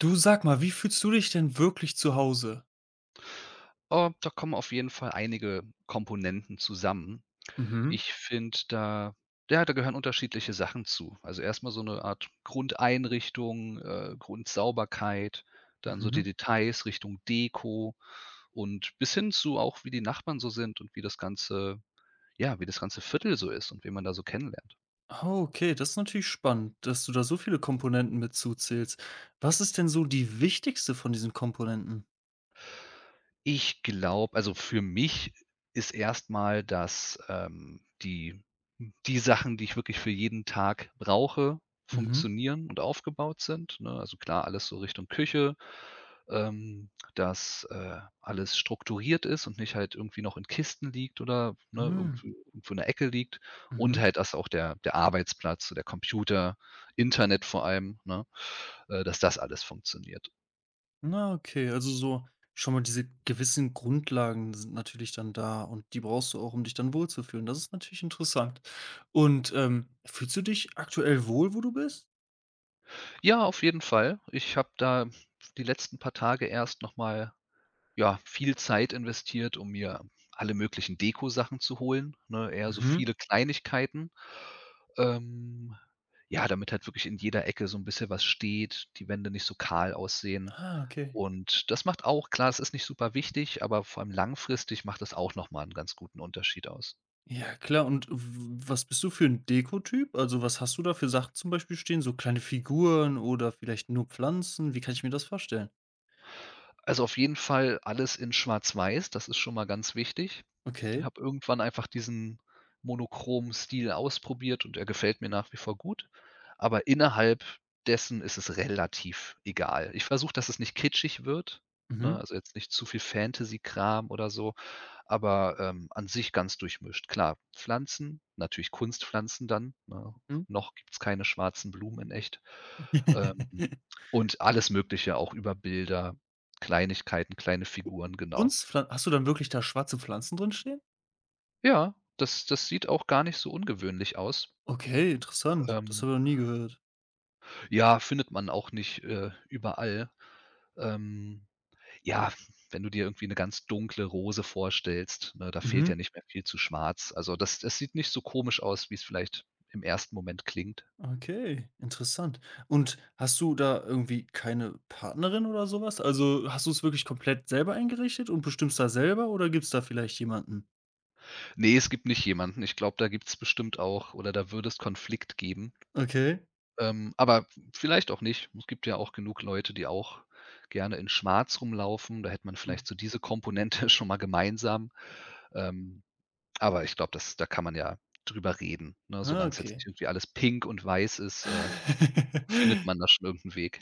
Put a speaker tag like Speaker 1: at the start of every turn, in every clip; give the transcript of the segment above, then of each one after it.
Speaker 1: Du sag mal, wie fühlst du dich denn wirklich zu Hause?
Speaker 2: Oh, da kommen auf jeden Fall einige Komponenten zusammen.
Speaker 1: Mhm.
Speaker 2: Ich finde da ja, da gehören unterschiedliche Sachen zu. Also, erst mal so 'ne Art Grundeinrichtung, Grundsauberkeit, dann so die
Speaker 1: Mhm.
Speaker 2: Details Richtung Deko und bis hin zu auch, wie die Nachbarn so sind und wie das ganze Viertel so ist und wen man da so kennenlernt.
Speaker 1: Oh, okay, das ist natürlich spannend, dass du da so viele Komponenten mit zuzählst. Was ist denn so die wichtigste von diesen Komponenten?
Speaker 2: Ich glaube, also für mich ist erstmal, dass, die Sachen, die ich wirklich für jeden Tag brauche,
Speaker 1: Mhm.
Speaker 2: funktionieren und aufgebaut sind, ne? Also klar, alles so Richtung Küche, dass, alles strukturiert ist und nicht halt irgendwie noch in Kisten liegt oder, ne,
Speaker 1: Hm.
Speaker 2: irgendwo in der Ecke liegt und
Speaker 1: Mhm.
Speaker 2: halt, dass auch der Arbeitsplatz, so der Computer, Internet vor allem, ne, dass das alles funktioniert.
Speaker 1: Na, okay, also so schon mal diese gewissen Grundlagen sind natürlich dann da und die brauchst du auch, um dich dann wohlzufühlen. Das ist natürlich interessant. Und, fühlst du dich aktuell wohl, wo du bist?
Speaker 2: Ja, auf jeden Fall. Ich habe da die letzten paar Tage erst noch mal, ja, viel Zeit investiert, um mir alle möglichen Dekosachen zu holen, ne? Eher so
Speaker 1: Mhm.
Speaker 2: viele Kleinigkeiten. Ähm, ja, damit halt wirklich in jeder Ecke so ein bisschen was steht, die Wände nicht so kahl aussehen.
Speaker 1: Ah, okay.
Speaker 2: Und das macht auch, klar, es ist nicht super wichtig, aber vor allem langfristig macht das auch noch mal 'n ganz guten Unterschied aus.
Speaker 1: Ja, klar. Und w was bist du für ein Dekotyp? Also, was hast du da für Sachen zum Beispiel stehen? So kleine Figuren oder vielleicht nur Pflanzen? Wie kann ich mir das vorstellen?
Speaker 2: Also, auf jeden Fall alles in schwarz-weiß, das ist schon mal ganz wichtig.
Speaker 1: Okay.
Speaker 2: Habe irgendwann einfach diesen monochromen Stil ausprobiert und er gefällt mir nach wie vor gut, aber innerhalb dessen ist es relativ egal. Ich versuche, dass es nicht kitschig wird, ne,
Speaker 1: Mhm,
Speaker 2: also jetzt nicht zu viel Fantasy-Kram oder so, aber, an sich ganz durchmischt. Klar, Pflanzen, natürlich Kunstpflanzen dann, ne?
Speaker 1: mhm.
Speaker 2: Noch gibt's keine schwarzen Blumen in echt. Ähm, und alles Mögliche, auch über Bilder, Kleinigkeiten, kleine Figuren, genau.
Speaker 1: Kunstpflan hast du dann wirklich da schwarze Pflanzen drin stehen?
Speaker 2: Ja, das sieht auch gar nicht so ungewöhnlich aus.
Speaker 1: Okay, interessant. Das
Speaker 2: Ähm,
Speaker 1: habe ich noch nie gehört.
Speaker 2: ja, findet man auch nicht, überall. Ähm, ja, wenn du dir irgendwie 'ne ganz dunkle Rose vorstellst, ne, da fehlt
Speaker 1: Mhm.
Speaker 2: ja nicht mehr viel zu schwarz. Also, das sieht nicht so komisch aus, wie's vielleicht im ersten Moment klingt.
Speaker 1: Okay, interessant. Und hast du da irgendwie keine Partnerin oder sowas? Also, hast du es wirklich komplett selber eingerichtet und bestimmst da selber oder gibt's da vielleicht jemanden?
Speaker 2: Ne, es gibt nicht jemanden. Ich glaube, da gibt's bestimmt auch oder da würde es Konflikt geben.
Speaker 1: Okay.
Speaker 2: Aber vielleicht auch nicht. Es gibt ja auch genug Leute, die auch gerne in schwarz rumlaufen. Da hätte man
Speaker 1: Hm.
Speaker 2: vielleicht so diese Komponente schon mal gemeinsam. Ähm, aber ich glaube, das da kann man ja drüber reden, ne?
Speaker 1: Ah,
Speaker 2: Solange es jetzt nicht
Speaker 1: okay.
Speaker 2: irgendwie alles pink und weiß ist, findet man da schon irgendeinen Weg.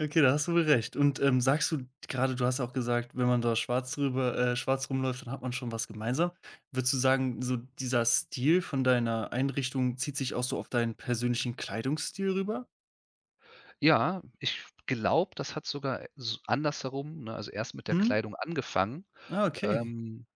Speaker 1: Okay, da hast du wohl recht. Und, sagst du gerade, du hast auch gesagt, wenn man da schwarz drüber schwarz rumläuft, dann hat man schon was gemeinsam. Würdest du sagen, so dieser Stil von deiner Einrichtung zieht sich auch so auf deinen persönlichen Kleidungsstil rüber?
Speaker 2: Ja, ich glaube, das hat sogar s andersherum, ne, also erst mit der
Speaker 1: Mhm.
Speaker 2: Kleidung angefangen.
Speaker 1: Ah, okay.
Speaker 2: Ähm,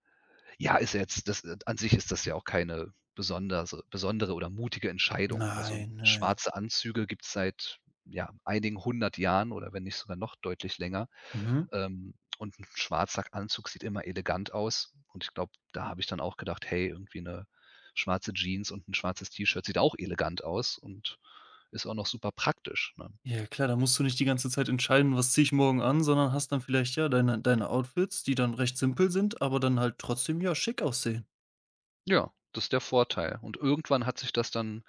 Speaker 2: ja, ist ja jetzt das an sich ist das ja auch keine besonders besondere oder mutige Entscheidung. Also,
Speaker 1: Nein, naja, ja.
Speaker 2: schwarze Anzüge gibt es seit, ja, einigen hundert Jahren oder wenn nicht sogar noch deutlich länger.
Speaker 1: Mhm.
Speaker 2: Ähm, und 'n Schwarzsackanzug sieht immer elegant aus. Und ich glaube, da habe ich dann auch gedacht: „Hey, irgendwie eine schwarze Jeans und ein schwarzes T-Shirt sieht auch elegant aus und ist auch noch super praktisch", ne?
Speaker 1: Ja klar, da musst du nicht die ganze Zeit entscheiden: „Was zieh ich morgen an?“, sondern hast dann vielleicht, ja, deine Outfits, die dann recht simpel sind, aber dann halt trotzdem, ja, schick aussehen.
Speaker 2: Ja, das ist der Vorteil. Und irgendwann hat sich das dann,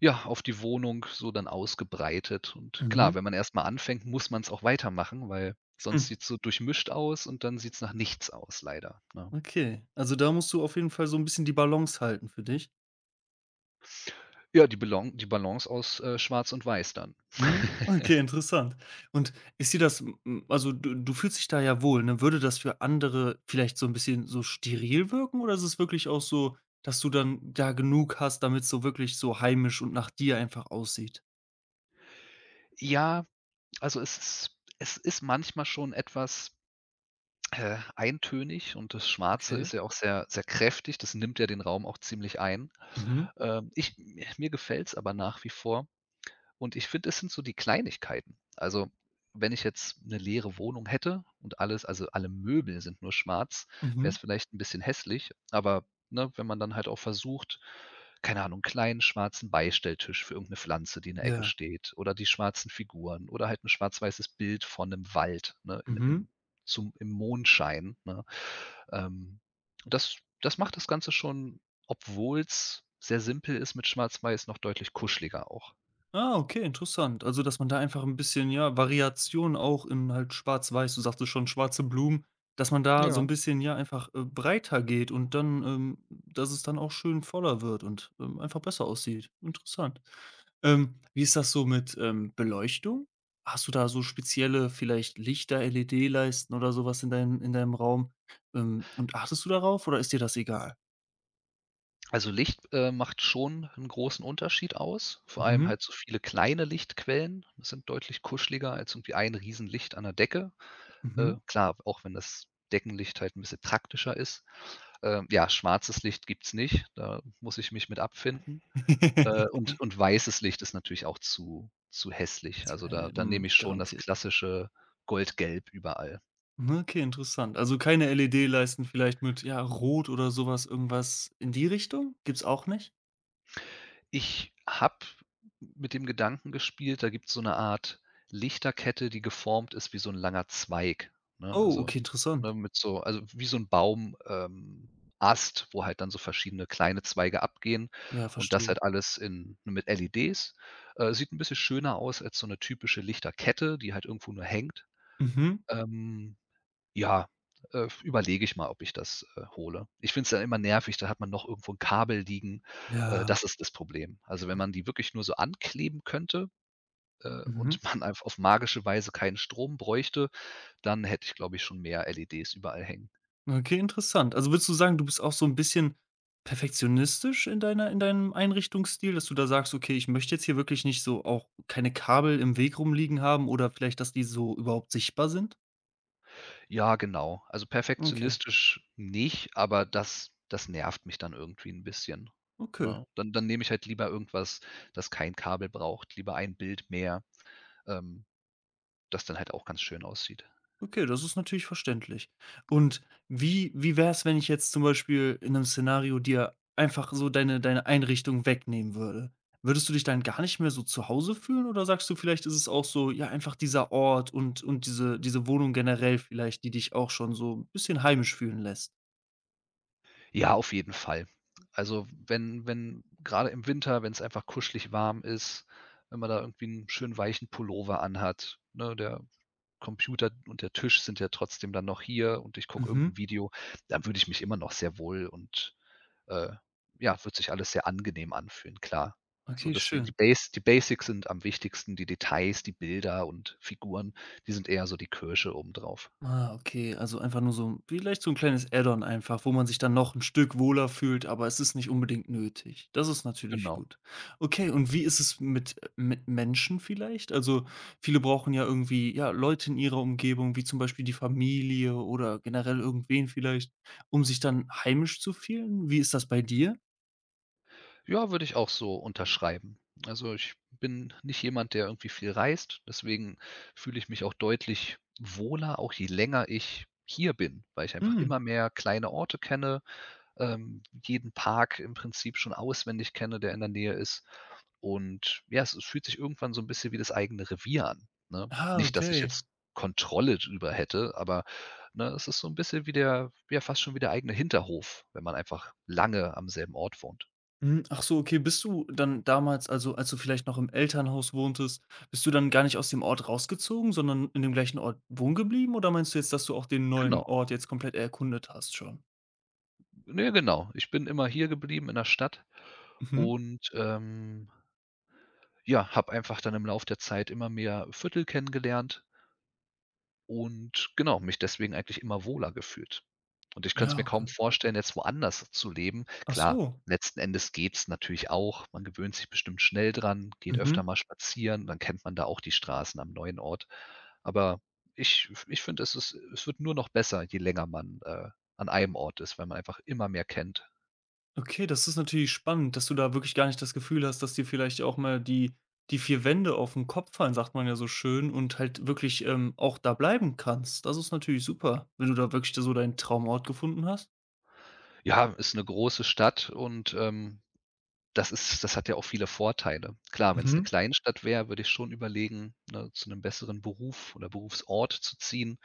Speaker 2: ja, auf die Wohnung so dann ausgebreitet. Und
Speaker 1: Mhm.
Speaker 2: klar, wenn man erst mal anfängt, muss man es auch weitermachen, weil
Speaker 1: Hm.
Speaker 2: sonst sieht es so durchmischt aus und dann sieht es nach nichts aus leider, ne?
Speaker 1: Okay, also da musst du auf jeden Fall so ein bisschen die Balance halten für dich.
Speaker 2: Ja, die Balance aus, Schwarz und Weiß dann.
Speaker 1: Mhm. Okay, interessant. Und ist dir das m m also du fühlst dich da ja wohl, ne? Würde das für andere vielleicht so ein bisschen so steril wirken oder ist es wirklich auch so, dass du dann da genug hast, damit's so wirklich so heimisch und nach dir einfach aussieht?
Speaker 2: Ja, also, es ist manchmal schon etwas, eintönig und das Schwarze
Speaker 1: Okay.
Speaker 2: ist ja auch sehr, sehr kräftig. Das nimmt ja den Raum auch ziemlich ein.
Speaker 1: Mhm,
Speaker 2: Ich Mir gefällt es aber nach wie vor. Und ich finde, es sind so die Kleinigkeiten. Also, wenn ich jetzt 'ne leere Wohnung hätte und alle Möbel sind nur schwarz, wäre
Speaker 1: mhm,
Speaker 2: es vielleicht 'n bisschen hässlich, aber, ne, wenn man dann halt auch versucht, keine Ahnung, kleinen schwarzen Beistelltisch für irgend 'ne Pflanze, die in der Ecke
Speaker 1: ja,
Speaker 2: steht, oder die schwarzen Figuren oder halt 'n schwarz-weißes Bild von 'nem Wald, ne,
Speaker 1: mhm.
Speaker 2: in zum im Mondschein, ne? Ähm, das macht das Ganze schon, obwohl's sehr simpel ist mit schwarz-weiß, noch deutlich kuscheliger auch.
Speaker 1: Ah, okay, interessant. Also, dass man da einfach ein bisschen, ja, Variation auch in halt Schwarz-Weiß, du sagtest schon schwarze Blumen, dass man da so ein
Speaker 2: Ja.
Speaker 1: bisschen, ja, einfach, breiter geht und dann, dass es dann auch schön voller wird und, einfach besser aussieht. Interessant. Wie ist das so mit, Beleuchtung? Hast du da so spezielle vielleicht Lichter, LED-Leisten oder sowas in deinem Raum? Und achtest du darauf oder ist dir das egal?
Speaker 2: Also, Licht, macht schon einen großen Unterschied aus, vor allem
Speaker 1: Mhm,
Speaker 2: halt so viele kleine Lichtquellen. Das sind deutlich kuscheliger als irgendwie ein Riesenlicht an der Decke.
Speaker 1: mhm.
Speaker 2: Klar, auch wenn das Deckenlicht halt ein bisschen praktischer ist. Ja, schwarzes Licht gibt's nicht, da muss ich mich mit abfinden. Und weißes Licht ist natürlich auch zu hässlich. Also, da nehme ich schon das
Speaker 1: Garantiert.
Speaker 2: klassische Goldgelb überall.
Speaker 1: Mhm, okay, interessant. Also keine LED-Leisten vielleicht mit, ja, Rot oder sowas irgendwas in die Richtung? Gibt's auch nicht?
Speaker 2: Ich habe mit dem Gedanken gespielt, da gibt's so 'ne Art Lichterkette, die geformt ist wie so 'n langer Zweig, ne?
Speaker 1: Oh,
Speaker 2: Also,
Speaker 1: okay, interessant.
Speaker 2: ne, wie so 'n Baum Ast, wo halt dann so verschiedene kleine Zweige abgehen
Speaker 1: Ja,
Speaker 2: und das
Speaker 1: verstehe.
Speaker 2: halt alles in mit LEDs. Sieht 'n bisschen schöner aus als so 'ne typische Lichterkette, die halt irgendwo nur hängt.
Speaker 1: Mhm.
Speaker 2: Ähm ja, überlege ich mal, ob ich das, hole. Ich finde es dann immer nervig, da hat man noch irgendwo 'n Kabel liegen.
Speaker 1: Ja,
Speaker 2: Das ist das Problem. Also, wenn
Speaker 1: okay.
Speaker 2: man die wirklich nur so ankleben könnte,
Speaker 1: Mhm.
Speaker 2: und man einfach auf magische Weise keinen Strom bräuchte, dann hätte ich, glaube ich, schon mehr LEDs überall hängen.
Speaker 1: Okay, interessant. Also würdest du sagen, du bist auch so ein bisschen perfektionistisch in deiner in deinem Einrichtungsstil, dass du da sagst: „Okay, ich möchte jetzt hier wirklich nicht so auch keine Kabel im Weg rumliegen haben oder vielleicht, dass die so überhaupt sichtbar sind?“
Speaker 2: Ja, genau. Also,
Speaker 1: Okay,
Speaker 2: perfektionistisch nicht, aber das nervt mich dann irgendwie 'n bisschen,
Speaker 1: okay.
Speaker 2: ne? Dann nehme ich halt lieber irgendwas, das kein Kabel braucht, lieber ein Bild mehr. Ähm, Das dann halt auch ganz schön aussieht.
Speaker 1: Okay, das ist natürlich verständlich. Und wie wär's, wenn ich jetzt zum Beispiel in einem Szenario dir einfach so deine Einrichtung wegnehmen würde? Würdest du dich dann gar nicht mehr so zu Hause fühlen oder sagst du, vielleicht ist es auch so, ja, einfach dieser Ort und diese Wohnung generell vielleicht, die dich auch schon so 'n bisschen heimisch fühlen lässt?
Speaker 2: Ja, auf jeden Fall. Also, wenn gerade im Winter, wenn es einfach kuschelig warm ist, wenn man da irgendwie einen schönen weichen Pullover anhat, ne? Der Computer und der Tisch sind ja trotzdem dann noch hier und ich gucke
Speaker 1: Mhm,
Speaker 2: irgendein Video, dann würde ich mich immer noch sehr wohl und äh, ja, wird sich alles sehr angenehm anfühlen, klar. So,
Speaker 1: okay,
Speaker 2: deswegen die
Speaker 1: schön.
Speaker 2: Bas die Basics sind am wichtigsten, die Details, die Bilder und Figuren, die sind eher so die Kirsche obendrauf.
Speaker 1: Ah, okay, also einfach nur so vielleicht so ein kleines Add-on einfach, wo man sich dann noch ein Stück wohler fühlt, aber es ist nicht unbedingt nötig. Das ist natürlich
Speaker 2: Genau.
Speaker 1: gut. Okay, und wie ist es mit Menschen vielleicht? Also, viele brauchen ja irgendwie, ja, Leute in ihrer Umgebung, wie zum Beispiel die Familie oder generell irgendwen vielleicht, um sich dann heimisch zu fühlen. Wie ist das bei dir?
Speaker 2: Ja, würde ich auch so unterschreiben. Also, ich bin nicht jemand, der irgendwie viel reist, deswegen fühle ich mich auch deutlich wohler, auch je länger ich hier bin, weil ich einfach immer
Speaker 1: Mhm.
Speaker 2: mehr kleine Orte kenne, jeden Park im Prinzip schon auswendig kenne, der in der Nähe ist. Und ja, es fühlt sich irgendwann so ein bisschen wie das eigene Revier an, ne?
Speaker 1: Ah,
Speaker 2: Nicht, dass ich
Speaker 1: okay.
Speaker 2: jetzt Kontrolle drüber hätte, aber, ne, es ist so ein bisschen fast schon wie der eigene Hinterhof, wenn man einfach lange am selben Ort wohnt.
Speaker 1: Mhm, ach so, okay. Bist du dann damals also, als du vielleicht noch im Elternhaus wohntest, bist du dann gar nicht aus dem Ort rausgezogen, sondern in dem gleichen Ort wohnen geblieben? Oder meinst du jetzt, dass du auch den neuen
Speaker 2: Genau.
Speaker 1: Ort jetzt komplett erkundet hast schon?
Speaker 2: Ne, genau. Ich bin immer hier geblieben in der Stadt
Speaker 1: Mhm.
Speaker 2: und, ja, habe einfach dann im Lauf der Zeit immer mehr Viertel kennengelernt. Und genau, mich deswegen eigentlich immer wohler gefühlt. Und ich könnte es
Speaker 1: Ja,
Speaker 2: mir kaum
Speaker 1: okay.
Speaker 2: vorstellen, jetzt woanders zu leben.
Speaker 1: Ach
Speaker 2: Klar,
Speaker 1: so.
Speaker 2: letzten Endes geht's natürlich auch. Man gewöhnt sich bestimmt schnell dran, geht
Speaker 1: Mhm.
Speaker 2: öfter mal spazieren, dann kennt man da auch die Straßen am neuen Ort. Aber ich finde, es wird nur noch besser, je länger man, an einem Ort ist, weil man einfach immer mehr kennt.
Speaker 1: Okay, das ist natürlich spannend, dass du da wirklich gar nicht das Gefühl hast, dass dir vielleicht auch mal die 4 Wände auf den Kopf fallen, sagt man ja so schön, und halt wirklich, auch da bleiben kannst. Das ist natürlich super, wenn du da wirklich so deinen Traumort gefunden hast.
Speaker 2: Ja, ist eine große Stadt und das hat ja auch viele Vorteile. Klar, wenn es eine
Speaker 1: Mhm.
Speaker 2: Kleinstadt wäre, würde ich schon überlegen, ne, zu einem besseren Beruf oder Berufsort zu ziehen.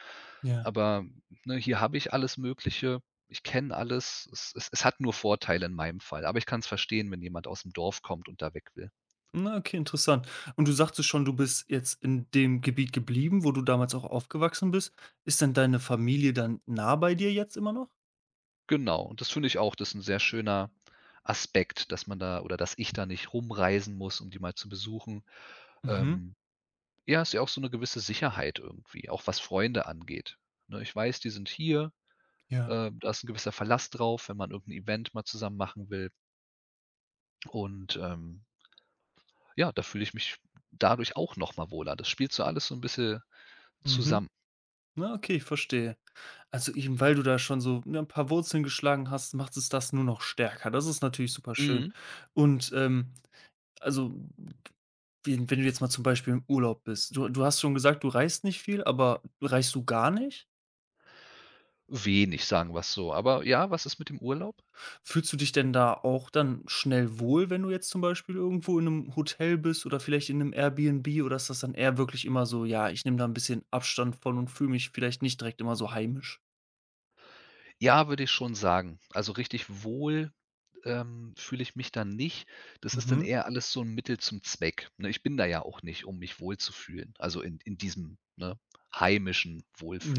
Speaker 1: Ja.
Speaker 2: Aber, ne, hier habe ich alles Mögliche. Ich kenne alles. Es hat nur Vorteile in meinem Fall, aber ich kann es verstehen, wenn jemand aus dem Dorf kommt und da weg will.
Speaker 1: Na, okay, interessant. Und du sagtest schon, du bist jetzt in dem Gebiet geblieben, wo du damals auch aufgewachsen bist. Ist denn deine Familie dann nah bei dir jetzt immer noch?
Speaker 2: Genau, und das finde ich auch, das ist ein sehr schöner Aspekt, dass man da oder dass ich da nicht rumreisen muss, um die mal zu besuchen.
Speaker 1: Mhm,
Speaker 2: Ähm, ja, ist ja auch so eine gewisse Sicherheit irgendwie, auch was Freunde angeht. Ne, ich weiß, die sind hier,
Speaker 1: ja.
Speaker 2: Äh, Da ist ein gewisser Verlass drauf, wenn man irgendein Event mal zusammen machen will. Und, ja, da fühle ich mich dadurch auch noch mal wohler. Das spielt so alles so ein bisschen
Speaker 1: Mhm.
Speaker 2: zusammen.
Speaker 1: Na, okay, ich verstehe. Also eben weil du da schon so ne, ein paar Wurzeln geschlagen hast, macht es das nur noch stärker. Das ist natürlich super schön.
Speaker 2: Mhm.
Speaker 1: Und also, wenn du jetzt mal zum Beispiel im Urlaub bist, du hast schon gesagt, du reist nicht viel, aber reist du gar nicht?
Speaker 2: Wenig, sagen wir's so. Aber ja, was ist mit dem Urlaub?
Speaker 1: Fühlst du dich denn da auch dann schnell wohl, wenn du jetzt zum Beispiel irgendwo in einem Hotel bist oder vielleicht in einem Airbnb oder ist das dann eher wirklich immer so: „Ja, ich nehme da ein bisschen Abstand von und fühle mich vielleicht nicht direkt immer so heimisch?“
Speaker 2: Ja, würde ich schon sagen. Also, richtig wohl, fühle ich mich dann nicht. Das ist dann
Speaker 1: Mhm.
Speaker 2: eher alles so 'n Mittel zum Zweck, ne? Ich bin da ja auch nicht, um mich wohlzufühlen, also in diesem, ne, heimischen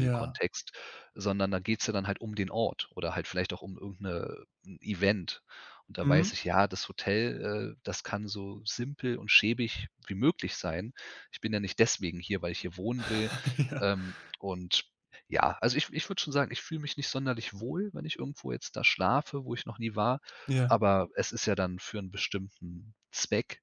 Speaker 1: Ja.
Speaker 2: sondern da geht's ja dann halt um den Ort oder halt vielleicht auch um irgend 'n Event. Und da weiß
Speaker 1: Mhm.
Speaker 2: ich, ja, das Hotel, das kann so simpel und schäbig wie möglich sein. Ich bin ja nicht deswegen hier, weil ich hier wohnen will.
Speaker 1: Ja.
Speaker 2: Und ja, also ich würde schon sagen, ich fühle mich nicht sonderlich wohl, wenn ich irgendwo jetzt da schlafe, wo ich noch nie war.
Speaker 1: Ja.
Speaker 2: Aber es ist ja dann für einen bestimmten Zweck,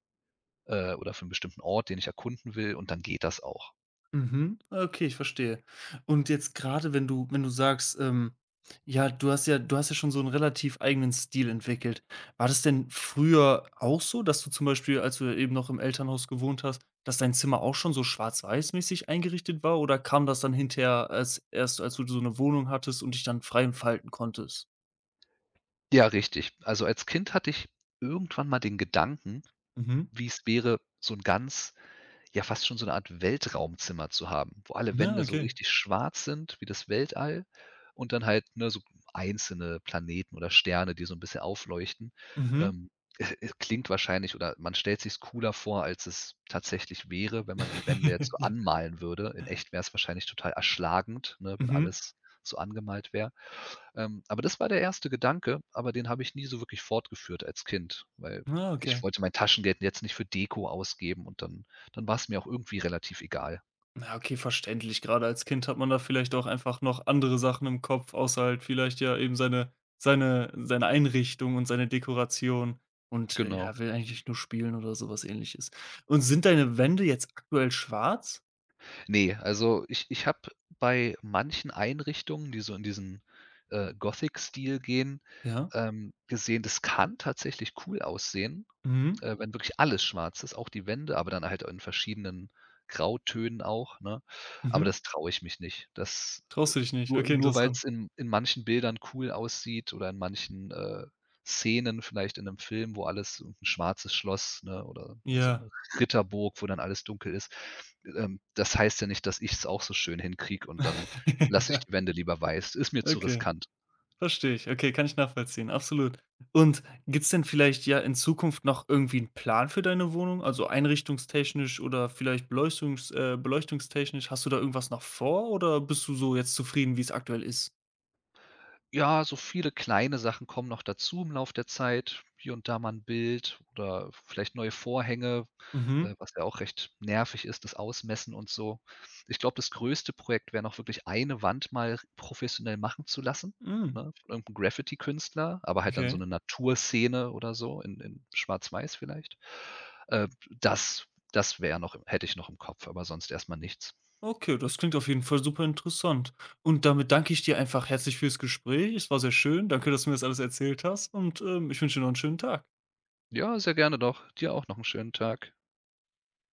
Speaker 2: oder für einen bestimmten Ort, den ich erkunden will, und dann geht das auch.
Speaker 1: Mhm. Okay, ich verstehe. Und jetzt gerade, wenn du sagst, ja, du hast ja schon so einen relativ eigenen Stil entwickelt. War das denn früher auch so, dass du zum Beispiel, als du eben noch im Elternhaus gewohnt hast, dass dein Zimmer auch schon so schwarz-weiß-mäßig eingerichtet war oder kam das dann hinterher als erst, als du so eine Wohnung hattest und dich dann frei entfalten konntest?
Speaker 2: Ja, richtig. Also, als Kind hatte ich irgendwann mal den Gedanken,
Speaker 1: Mhm.
Speaker 2: wie es wäre, so 'n ganz ja fast schon so 'ne Art Weltraumzimmer zu haben, wo alle
Speaker 1: Na,
Speaker 2: Wände so
Speaker 1: okay.
Speaker 2: richtig schwarz sind wie das Weltall und dann halt, ne, so einzelne Planeten oder Sterne, die so 'n bisschen aufleuchten.
Speaker 1: Mhm.
Speaker 2: Ähm, es klingt wahrscheinlich, oder man stellt sich's cooler vor, als es tatsächlich wäre, wenn man die Wände jetzt so
Speaker 1: Ja.
Speaker 2: anmalen würde. In echt wär's wahrscheinlich total erschlagend, ne, wenn
Speaker 1: Mhm.
Speaker 2: alles so angemalt wär. Aber das war der erste Gedanke, aber den habe ich nie so wirklich fortgeführt als Kind, weil
Speaker 1: Ah,
Speaker 2: ich
Speaker 1: okay.
Speaker 2: wollte mein Taschengeld jetzt nicht für Deko ausgeben und dann war es mir auch irgendwie relativ egal.
Speaker 1: Na, okay, verständlich. Gerade als Kind hat man da vielleicht auch einfach noch andere Sachen im Kopf, außer halt vielleicht ja eben seine Einrichtung und seine Dekoration und,
Speaker 2: Genau.
Speaker 1: ja, will eigentlich nur spielen oder sowas Ähnliches. Und sind deine Wände jetzt aktuell schwarz?
Speaker 2: Ne, also ich habe bei manchen Einrichtungen, die so in diesen, Gothic-Stil gehen,
Speaker 1: Ja.
Speaker 2: gesehen, das kann tatsächlich cool aussehen.
Speaker 1: Mhm.
Speaker 2: Wenn wirklich alles schwarz ist, auch die Wände, aber dann halt in verschiedenen Grautönen auch, ne? Aber
Speaker 1: Mhm.
Speaker 2: das traue ich mich nicht. Das,
Speaker 1: Traust du dich nicht?
Speaker 2: nur
Speaker 1: Okay,
Speaker 2: nur weil
Speaker 1: interessant.
Speaker 2: es in manchen Bildern cool aussieht oder in manchen, Szenen vielleicht in einem Film, wo alles so ein schwarzes Schloss, ne, oder, ne, so
Speaker 1: Ja.
Speaker 2: eine Ritterburg, wo dann alles dunkel ist. Das heißt ja nicht, dass ich es auch so schön hinkriege, und dann lasse ich
Speaker 1: Ja,
Speaker 2: die Wände lieber weiß. Ist mir zu
Speaker 1: okay.
Speaker 2: riskant.
Speaker 1: Verstehe ich. Okay, kann ich nachvollziehen, absolut. Und gibt's denn vielleicht ja in Zukunft noch irgendwie 'n Plan für deine Wohnung? Also, einrichtungstechnisch oder vielleicht beleuchtungstechnisch. Hast du da irgendwas noch vor oder bist du so jetzt zufrieden, wie's aktuell ist?
Speaker 2: Ja, so viele kleine Sachen kommen noch dazu im Lauf der Zeit. Hier und da mal 'n Bild oder vielleicht neue Vorhänge,
Speaker 1: Mhm.
Speaker 2: was ja auch recht nervig ist, das Ausmessen und so. Ich glaube, das größte Projekt wäre noch, wirklich eine Wand mal r professionell machen zu lassen,
Speaker 1: Hm,
Speaker 2: ne, von irgend 'nem Graffiti-Künstler, aber halt dann so
Speaker 1: okay.
Speaker 2: 'ne Naturszene oder so in Schwarz-Weiß vielleicht. Äh, das das wäre noch hätte ich noch im Kopf, aber sonst erst mal nichts.
Speaker 1: Okay, das klingt auf jeden Fall super interessant. Und damit danke ich dir einfach herzlich fürs Gespräch. Es war sehr schön. Danke, dass du mir das alles erzählt hast und, ich wünsche dir noch 'n schönen Tag.
Speaker 2: Ja, sehr gerne doch. Dir auch noch 'n schönen Tag.